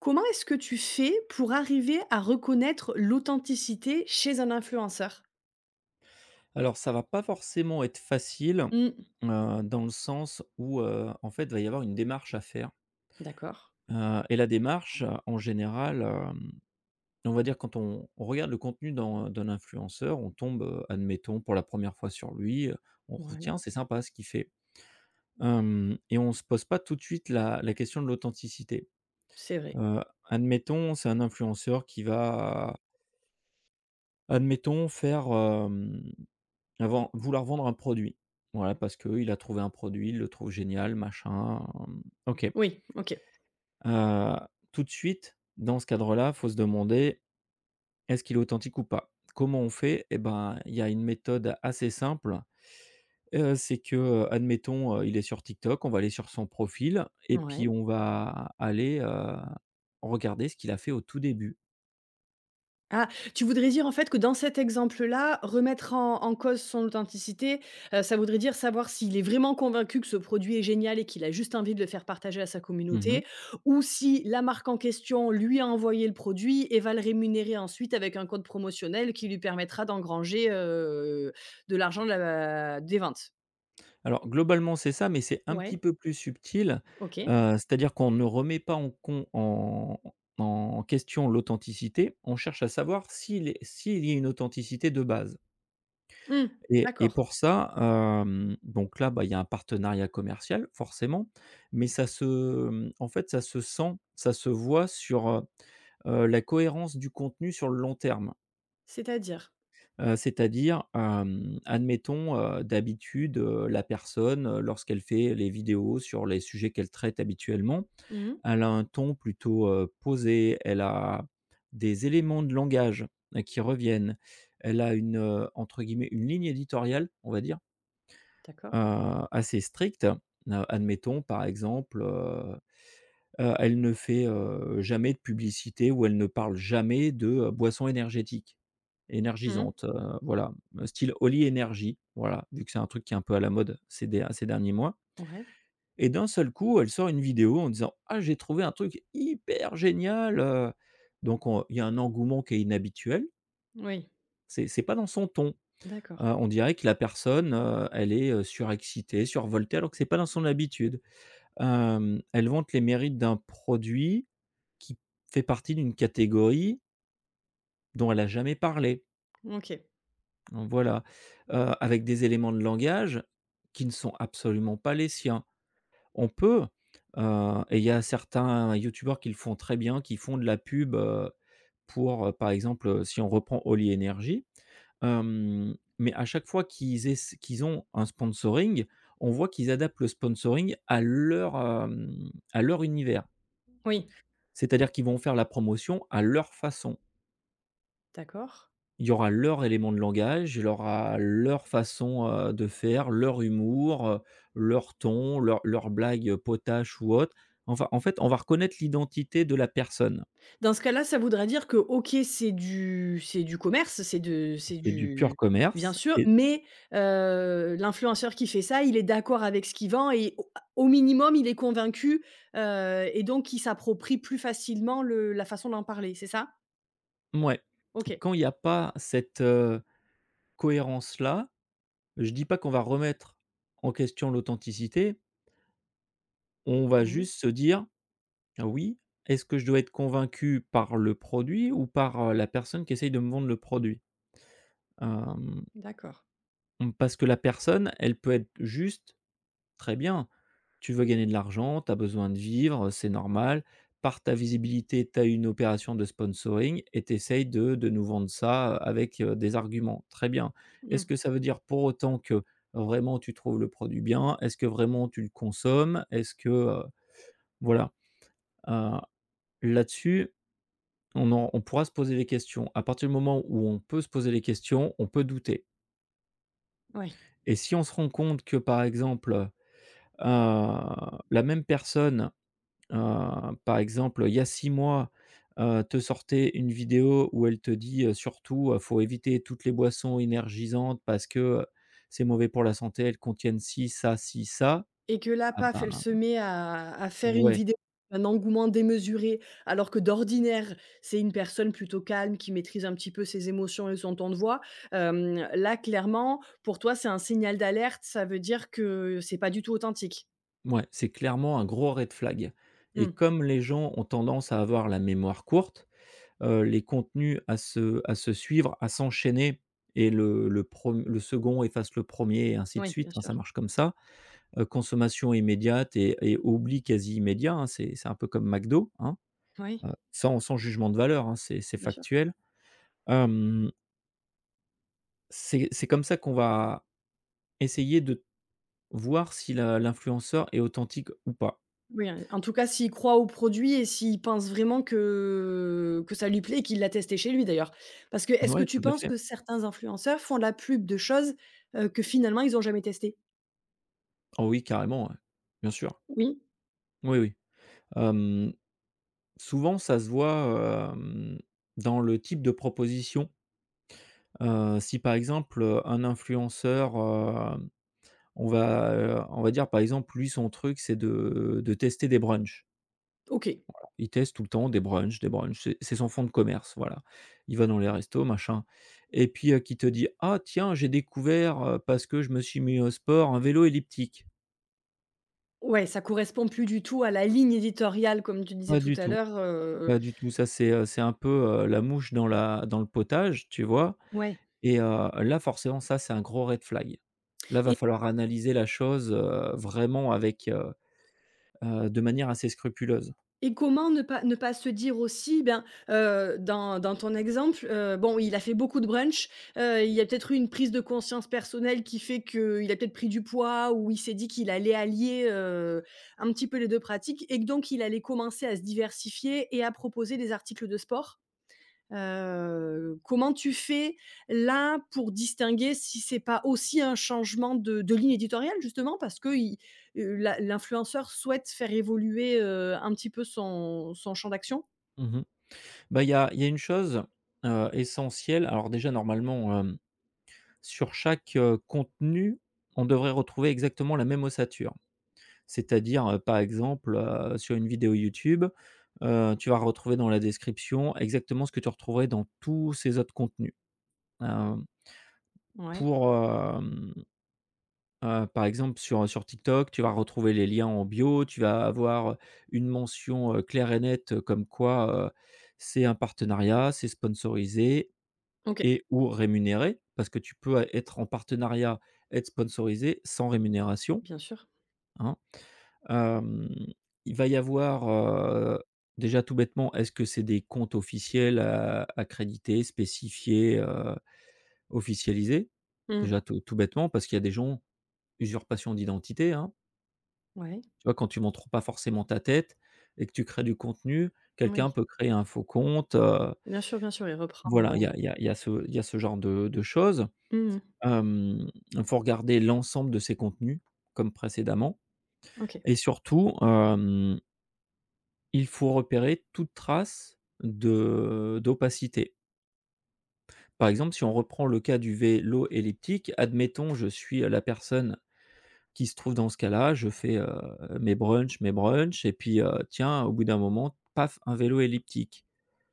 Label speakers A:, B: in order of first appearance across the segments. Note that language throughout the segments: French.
A: Comment est-ce que tu fais pour arriver à reconnaître l'authenticité chez un influenceur?
B: Alors ça va pas forcément être facile,
A: Mmh.
B: dans le sens où, en fait, il va y avoir une démarche à faire,
A: D'accord.
B: et la démarche, en général, on va dire quand on regarde le contenu d'un influenceur, on tombe, admettons pour la première fois sur lui, on trouve:
A: Ouais,
B: «Tiens, c'est sympa ce qu'il fait», hem et on se pose pas tout de suite la question de l'authenticité.
A: c'est vrai.
B: Admettons, c'est un influenceur qui va, admettons, faire, avant vouloir vendre un produit. Voilà, parce qu'il a trouvé un produit, il le trouve génial, machin, OK.
A: Oui, OK.
B: Heu, Tout de suite, dans ce cadre-là, faut se demander: «Est-ce qu'il est authentique ou pas?» Comment on fait? Et ben, il y a une méthode assez simple, c'est que, admettons, il est sur TikTok, on va aller sur son profil et puis
A: Ouais.
B: on va aller, regarder ce qu'il a fait au tout début.
A: Ah, tu voudrais dire en fait que dans cet exemple-là, remettre en cause son authenticité, ça voudrait dire savoir s'il est vraiment convaincu que ce produit est génial et qu'il a juste envie de le faire partager à sa
B: Mmh.
A: communauté, ou si la marque en question lui a envoyé le produit et va le rémunérer ensuite avec un code promotionnel qui lui permettra d'engranger, de l'argent de la des ventes?
B: Alors globalement, c'est ça, mais c'est un petit
A: Ouais,
B: peu plus subtil.
A: OK.
B: C'est-à-dire qu'on ne remet pas en con en en question l'authenticité, on cherche à savoir s'il y a une authenticité de base
A: Mmh,
B: et
A: d'accord.
B: pour ça, donc là, bah, il y a un partenariat commercial forcément, mais ça se, en fait, ça se sent, ça se voit sur, la cohérence du contenu sur le long terme.
A: C'est-à-dire?
B: C'est-à-dire, admettons, d'habitude, la personne, lorsqu'elle fait les vidéos sur les sujets qu'elle traite habituellement,
A: Mmh.
B: elle a un ton plutôt, posé, elle a des éléments de langage, qui reviennent. Elle a une, entre guillemets, «une ligne éditoriale», on va dire,
A: D'accord.
B: heu, assez stricte. Admettons, par exemple, elle ne fait, jamais de publicité ou elle ne parle jamais de, boissons énergétiques,
A: Mmh.
B: énergisantes, voilà, style Holly Energy, voilà, vu que c'est un truc qui est un peu à la mode ces derniers mois
A: Ouais.
B: et d'un seul coup, elle sort une vidéo en disant: «Ah, j'ai trouvé un truc hyper génial» donc on il y a un engouement qui est inhabituel.
A: Oui.
B: C'est pas dans son ton.
A: D'accord.
B: On dirait que la personne, elle est, surexcitée, survoltée alors que c'est pas dans son habitude. Elle vante les mérites d'un produit qui fait partie d'une catégorie dont elle a jamais parlé.
A: OK.
B: Voilà, avec des éléments de langage qui ne sont absolument pas les siens. On peut, et il y a certains youtubeurs qui le font très bien, qui font de la pub, pour, par exemple, si on reprend Holly Energy. Mais à chaque fois qu'ils ont un sponsoring, on voit qu'ils adaptent le sponsoring à leur, à leur univers.
A: Oui.
B: C'est-à-dire qu'ils vont faire la promotion à leur façon.
A: D'accord.
B: Il y aura leur élément de langage, il y aura leur façon, de faire, leur humour, leur ton, leurs blagues, potaches ou autres. Enfin, en fait, on va reconnaître l'identité de la personne.
A: Dans ce cas-là, ça voudrait dire que, OK, c'est du commerce, c'est de c'est
B: C'est du pur
A: du bien
B: commerce
A: sûr,
B: et
A: mais l'influenceur qui fait ça, il est d'accord avec ce qu'il vend et au minimum, il est convaincu, et donc il s'approprie plus facilement le la façon d'en parler, c'est ça?
B: ouais,
A: OK.
B: quand il n'y a pas cette, cohérence-là, je dis pas qu'on va remettre en question l'authenticité, on va
A: Mmh.
B: juste se dire: ah «Oui, est-ce que je dois être convaincu par le produit ou par, la personne qui essaye de me vendre le produit?» hem
A: D'accord.
B: Mmh, parce que la personne, elle peut être juste, très bien. Tu veux gagner de l'argent, tu as besoin de vivre, c'est normal. Par ta visibilité, tu as une opération de sponsoring et tu essayes de nous vendre ça, avec, des arguments. Très bien. Est-ce
A: Mmh.
B: que ça veut dire pour autant que vraiment tu trouves le produit bien? Est-ce que vraiment tu le consommes? Est-ce que, voilà, heu, là-dessus, on pourra se poser des questions. À partir du moment où on peut se poser des questions, on peut douter
A: Ouais.
B: et si on se rend compte que, par exemple, la même personne, par exemple, il y a 6 mois, te sortait une vidéo où elle te dit: «Surtout, faut éviter toutes les boissons énergisantes parce que, c'est mauvais pour la santé, elles contiennent ci, ça, ci, ça».
A: Et que là,
B: Ah
A: paf,
B: bah,
A: elle se met à faire une
B: ouais,
A: vidéo, un engouement démesuré, alors que d'ordinaire, c'est une personne plutôt calme qui maîtrise un petit peu ses émotions et son ton de voix. Hem, là, clairement, pour toi, c'est un signal d'alerte, ça veut dire que c'est pas du tout authentique?
B: ouais, c'est clairement un gros red flag et
A: Mmh.
B: comme les gens ont tendance à avoir la mémoire courte, les contenus à se suivre, à s'enchaîner et le second efface le premier et ainsi de
A: Oui,
B: suite,
A: bien
B: hein, ça
A: sûr.
B: marche comme ça. Consommation immédiate et oubli quasi immédiat, hein. C'est un peu comme McDo, hein,
A: Oui,
B: sans jugement de valeur, hein, c'est
A: bien sûr.
B: factuel. Hem, c'est comme ça qu'on va essayer de voir si la l'influenceur est authentique ou pas.
A: Oui, hein, en tout cas, s'il croit au produit et s'il pense vraiment que ça lui plaît et qu'il l'a testé chez lui d'ailleurs. Parce que est-ce que
B: Oui,
A: tu
B: tout à
A: penses
B: fait.
A: que certains influenceurs font la pub de choses, que finalement ils n'ont jamais testées?
B: Oh oui, carrément, ouais. Bien sûr.
A: Oui.
B: Oui, oui. Hem, Souvent ça se voit, dans le type de proposition. Si par exemple, un influenceur, euh, on va dire, par exemple, lui, son truc, c'est de tester des brunchs.
A: OK.
B: Il teste tout le temps des brunchs, des brunchs. C'est son fond de commerce, voilà. Il va dans les restos, machin et puis, qui te dit: «Ah tiens, j'ai découvert, parce que je me suis mis au sport, un vélo elliptique».
A: Ouais, ça correspond plus du tout à la ligne éditoriale, comme tu disais
B: Pas
A: tout
B: du
A: à
B: tout,
A: l'heure,
B: pas du tout. Ça, c'est un peu, la mouche dans la dans le potage, tu vois?
A: ouais.
B: Et là, forcément, ça, c'est un gros red flag. Là, va
A: et
B: falloir analyser la chose, vraiment avec, de manière assez scrupuleuse.
A: et comment ne pas se dire aussi, ben, dans ton exemple, bon, il a fait beaucoup de brunch, il y a peut-être eu une prise de conscience personnelle qui fait qu'il a peut-être pris du poids, ou il s'est dit qu'il allait allier, un petit peu les 2 pratiques et que donc il allait commencer à se diversifier et à proposer des articles de sport? Comment tu fais là pour distinguer si c'est pas aussi un changement de ligne éditoriale justement parce que il, l'influenceur souhaite faire évoluer, un petit peu son champ d'action?
B: Mmh. Bah, il y a une chose, essentielle. Alors déjà, normalement, sur chaque, contenu, on devrait retrouver exactement la même ossature. C'est-à-dire, par exemple, sur une vidéo YouTube, tu vas retrouver dans la description exactement ce que tu retrouverais dans tous ces autres contenus. Hem,
A: Ouais.
B: pour, par exemple, sur TikTok, tu vas retrouver les liens en bio, tu vas avoir, une mention, claire et nette, comme quoi, c'est un partenariat, c'est sponsorisé
A: OK,
B: et ou rémunéré, parce que tu peux être en partenariat, être sponsorisé sans rémunération,
A: bien sûr.
B: hein. Hem, il va y avoir, déjà tout bêtement, est-ce que c'est des comptes officiels a accrédités, spécifiés, officialisés?
A: Mmh.
B: Déjà tout bêtement, parce qu'il y a des gens usurpation d'identité, hein.
A: Ouais.
B: Tu vois, quand tu montres pas forcément ta tête et que tu crées du contenu, quelqu'un
A: Oui,
B: peut créer un faux compte,
A: bien sûr, bien sûr, et
B: voilà,
A: reprendre,
B: il y a ce il y a ce genre de choses.
A: heu, mmh
B: Il faut regarder l'ensemble de ses contenus, comme précédemment
A: OK.
B: et surtout, il faut repérer toute trace de d'opacité. Par exemple, si on reprend le cas du vélo elliptique, admettons, je suis, la personne qui se trouve dans ce cas-là, je fais, mes brunchs et puis, tiens, au bout d'un moment, paf, un vélo elliptique.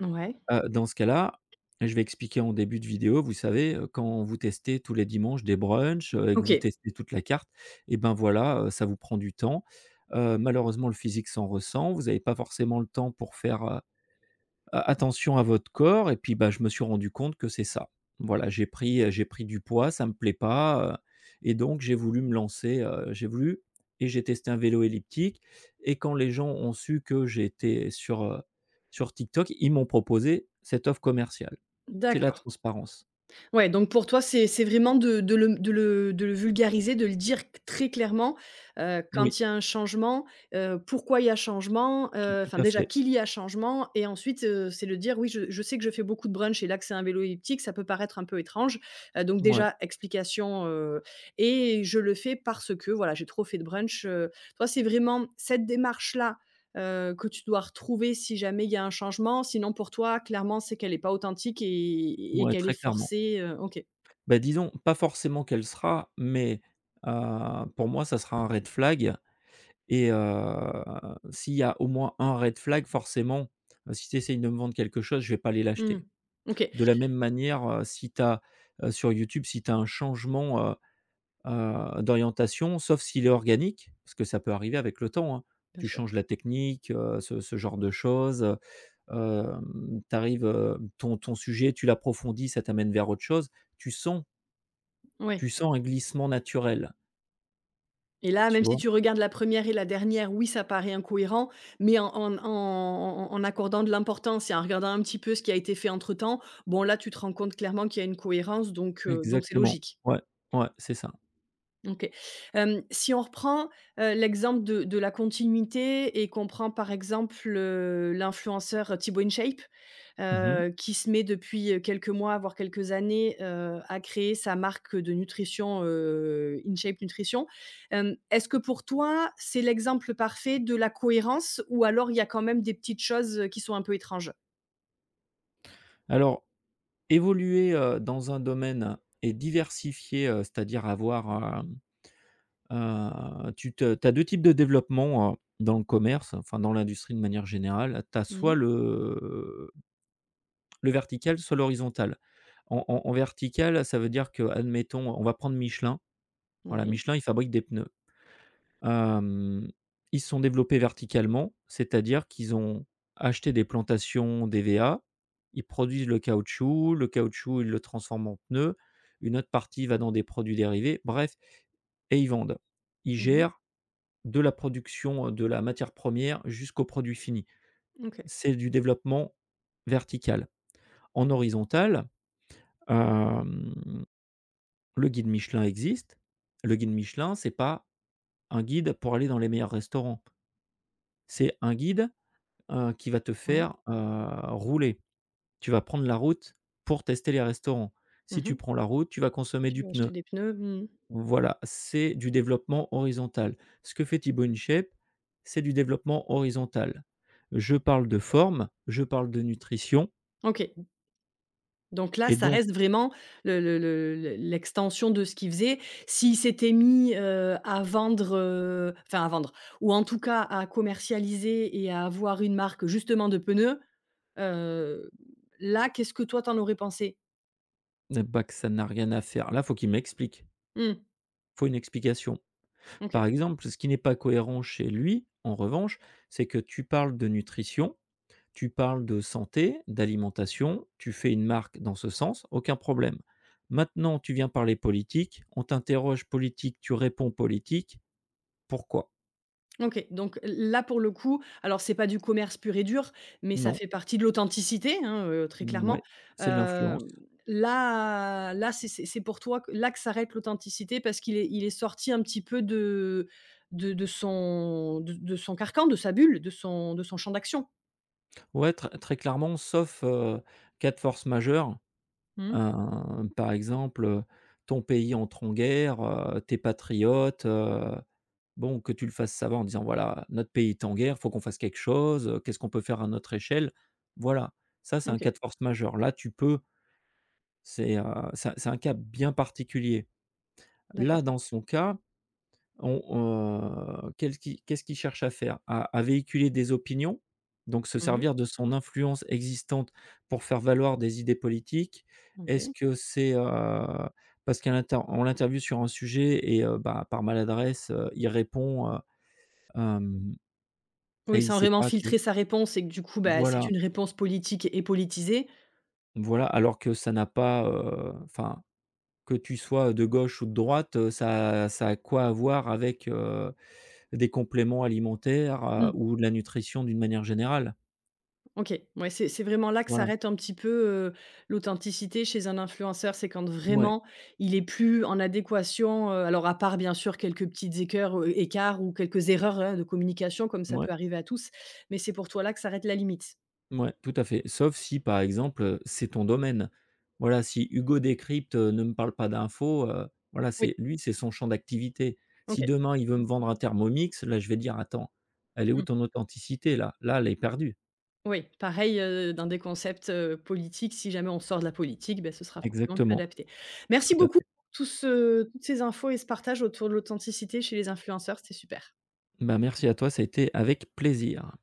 A: Ouais.
B: Dans ce cas-là, je vais expliquer en début de vidéo, vous savez, quand vous testez tous les dimanches des brunchs, et que vous
A: OK,
B: testez toute la carte, et ben, voilà, ça vous prend du temps. Malheureusement, le physique s'en ressent. Vous n'avez pas forcément le temps pour faire, a attention à votre corps et puis, bah, je me suis rendu compte que c'est ça. Voilà, j'ai pris du poids, ça me plaît pas. Et donc j'ai voulu me lancer, j'ai voulu et j'ai testé un vélo elliptique et quand les gens ont su que j'étais sur TikTok, ils m'ont proposé cette offre commerciale. C'est la
A: d'accord.
B: transparence.
A: Ouais, donc pour toi, c'est vraiment de le vulgariser, de le dire c très clairement,
B: Oui,
A: quand il y a un changement, pourquoi il y a changement,
B: tout
A: enfin
B: à
A: déjà
B: fait.
A: qu'il y a changement, et ensuite, c'est le dire: «Oui, je sais que je fais beaucoup de brunch et là que c'est un vélo elliptique, ça peut paraître un peu étrange». Donc
B: Mouais,
A: déjà explication, et je le fais parce que voilà, j'ai trop fait de brunch. Toi, c'est vraiment cette démarche-là que tu dois retrouver si jamais il y a un changement. Sinon pour toi, clairement, c'est qu'elle est pas authentique et
B: mouais,
A: qu'elle est
B: très clairement.
A: forcée, OK.
B: Bah, disons, pas forcément qu'elle sera, mais, heu, pour moi, ça sera un red flag. Et s'il y a au moins un red flag, forcément, si tu essayes de me vendre quelque chose, je vais pas aller
A: Mmh.
B: l'acheter.
A: OK.
B: De la même manière, si tu as, sur YouTube, si tu as un changement, d'orientation, sauf s'il est organique, parce que ça peut arriver avec le temps, hein.
A: Bien
B: Tu
A: sûr.
B: changes la technique, ce genre de choses, tu ton ton sujet, tu l'approfondis, ça t'amène vers autre chose. Tu sens
A: Oui.
B: tu sens un glissement naturel,
A: Et là,
B: tu
A: même si
B: vois?
A: tu regardes la première et la dernière, oui, ça paraît incohérent, mais en accordant de l'importance et en regardant un petit peu ce qui a été fait entre temps, bon là, tu te rends compte clairement qu'il y a une cohérence, donc c'est
B: Exactement.
A: logique.
B: Ouais, ouais, c'est ça.
A: OK. Hem, si on reprend, l'exemple de la continuité, et qu'on prend par exemple, l'influenceur Thibaut InShape,
B: Mmh.
A: qui se met depuis quelques mois, voire quelques années, à créer sa marque de nutrition, InShape Nutrition. Hem, est-ce que pour toi, c'est l'exemple parfait de la cohérence, ou alors il y a quand même des petites choses qui sont un peu étranges?
B: Alors, évoluer, dans un domaine et diversifier, c'est-à-dire avoir, tu as 2 types de développement, dans le commerce, enfin dans l'industrie de manière générale. Tu as
A: Mmh.
B: soit le vertical, soit l'horizontal. En vertical, ça veut dire que, admettons, on va prendre Michelin. Voilà,
A: Oui.
B: Michelin, il fabrique des pneus. Hem, Ils se sont développés verticalement, c'est-à-dire qu'ils ont acheté des plantations d'EVA, ils produisent le caoutchouc, ils le transforment en pneus, une autre partie va dans des produits dérivés, bref et ils vendent. Ils
A: Mmh.
B: gèrent de la production, de la matière première jusqu'au produit fini.
A: OK.
B: C'est du développement vertical. En horizontal, hem, le guide Michelin existe. Le guide Michelin, c'est pas un guide pour aller dans les meilleurs restaurants. C'est un guide qui va te
A: Ouais.
B: faire, rouler. Tu vas prendre la route pour tester les restaurants. Si tu
A: Mmh.
B: prends la route, tu vas consommer
A: Tu
B: du
A: veux acheter
B: pneu.
A: des pneus. Mmh.
B: Voilà, c'est du développement horizontal. Ce que fait Thibaut InShape, c'est du développement horizontal. Je parle de forme, je parle de nutrition
A: OK. Donc là,
B: et
A: ça
B: donc,
A: reste vraiment le l'extension de ce qu'il faisait. S'il s'était mis, à vendre, enfin à vendre, ou en tout cas à commercialiser et à avoir une marque justement de pneus, heu, là, qu'est-ce que toi t'en aurais pensé?
B: et bah, que ça n'a rien à faire. Là, faut qu'il m'explique,
A: Mmh,
B: faut une explication. Par
A: OK.
B: exemple, ce qui n'est pas cohérent chez lui, en revanche, c'est que tu parles de nutrition. Tu parles de santé, d'alimentation, tu fais une marque dans ce sens, aucun problème. Maintenant, tu viens parler politique, on t'interroge politique, tu réponds politique, pourquoi?
A: OK, donc là, pour le coup, alors c'est pas du commerce pur et dur, mais ça
B: Non,
A: fait partie de l'authenticité, hein, très clairement.
B: ouais, c'est de l'influence.
A: Hem, là, c'est c'est pour toi, que- là, que s'arrête l'authenticité parce qu'il est sorti un petit peu de de son de son carcan, de sa bulle, de son champ d'action?
B: Ouais, très très clairement, sauf, cas de force majeure,
A: Mmh,
B: par exemple, ton pays entre en guerre, tu patriote, bon, que tu le fasses savoir en disant: «Voilà, notre pays est en guerre, faut qu'on fasse quelque chose, qu'est-ce qu'on peut faire à notre échelle?» voilà, ça, c'est un cas
A: OK,
B: de force majeure. Là, tu peux. C'est, heu, c'est un c'est un cas bien particulier.
A: d'accord.
B: Là, dans son cas, on, qu'est-ce qu'il cherche à faire? À véhiculer des opinions, donc se
A: Mmh.
B: servir de son influence existante pour faire valoir des idées politiques. Est-ce
A: OK.
B: que c'est, parce qu'on l'interviewe sur un sujet et bah, par maladresse, il répond,
A: Oui,
B: et il
A: sans
B: sait
A: vraiment
B: pas que
A: filtrer sa réponse, et que du coup, bah, c'est
B: voilà,
A: une réponse politique et politisée.
B: voilà, alors que ça n'a pas, enfin, que tu sois de gauche ou de droite, ça a quoi à voir avec, des compléments alimentaires,
A: Mmh.
B: ou de la nutrition d'une manière générale.
A: OK, ouais, c'est vraiment là que
B: Voilà.
A: s'arrête un petit peu, heu, l'authenticité chez un influenceur. C'est quand
B: Mouais,
A: vraiment il est plus en adéquation, alors à part bien sûr quelques petites équeurs, écarts ou quelques erreurs, hein, de communication comme ça
B: mouais,
A: peut arriver à tous, mais c'est pour toi là que s'arrête la limite?
B: mouais, tout à fait. Sauf si, par exemple, c'est ton domaine. Voilà, si Hugo Décrypte, ne me parle pas d'infos, voilà,
A: Oui.
B: c'est lui, c'est son champ d'activité.
A: OK.
B: Si demain, il veut me vendre un Thermomix, là, je vais dire: «Attends, elle est où
A: Mmh.
B: ton authenticité là? Là, elle est perdue».
A: Oui, pareil, dans des concepts, politiques, si jamais on sort de la politique, ben ce sera forcément plus
B: Exactement.
A: adapté. Merci
B: Tout à
A: beaucoup
B: fait.
A: pour tout ce toutes ces infos et ce partage autour de l'authenticité chez les influenceurs, c'était super.
B: Bah, merci à toi, ça a été avec plaisir.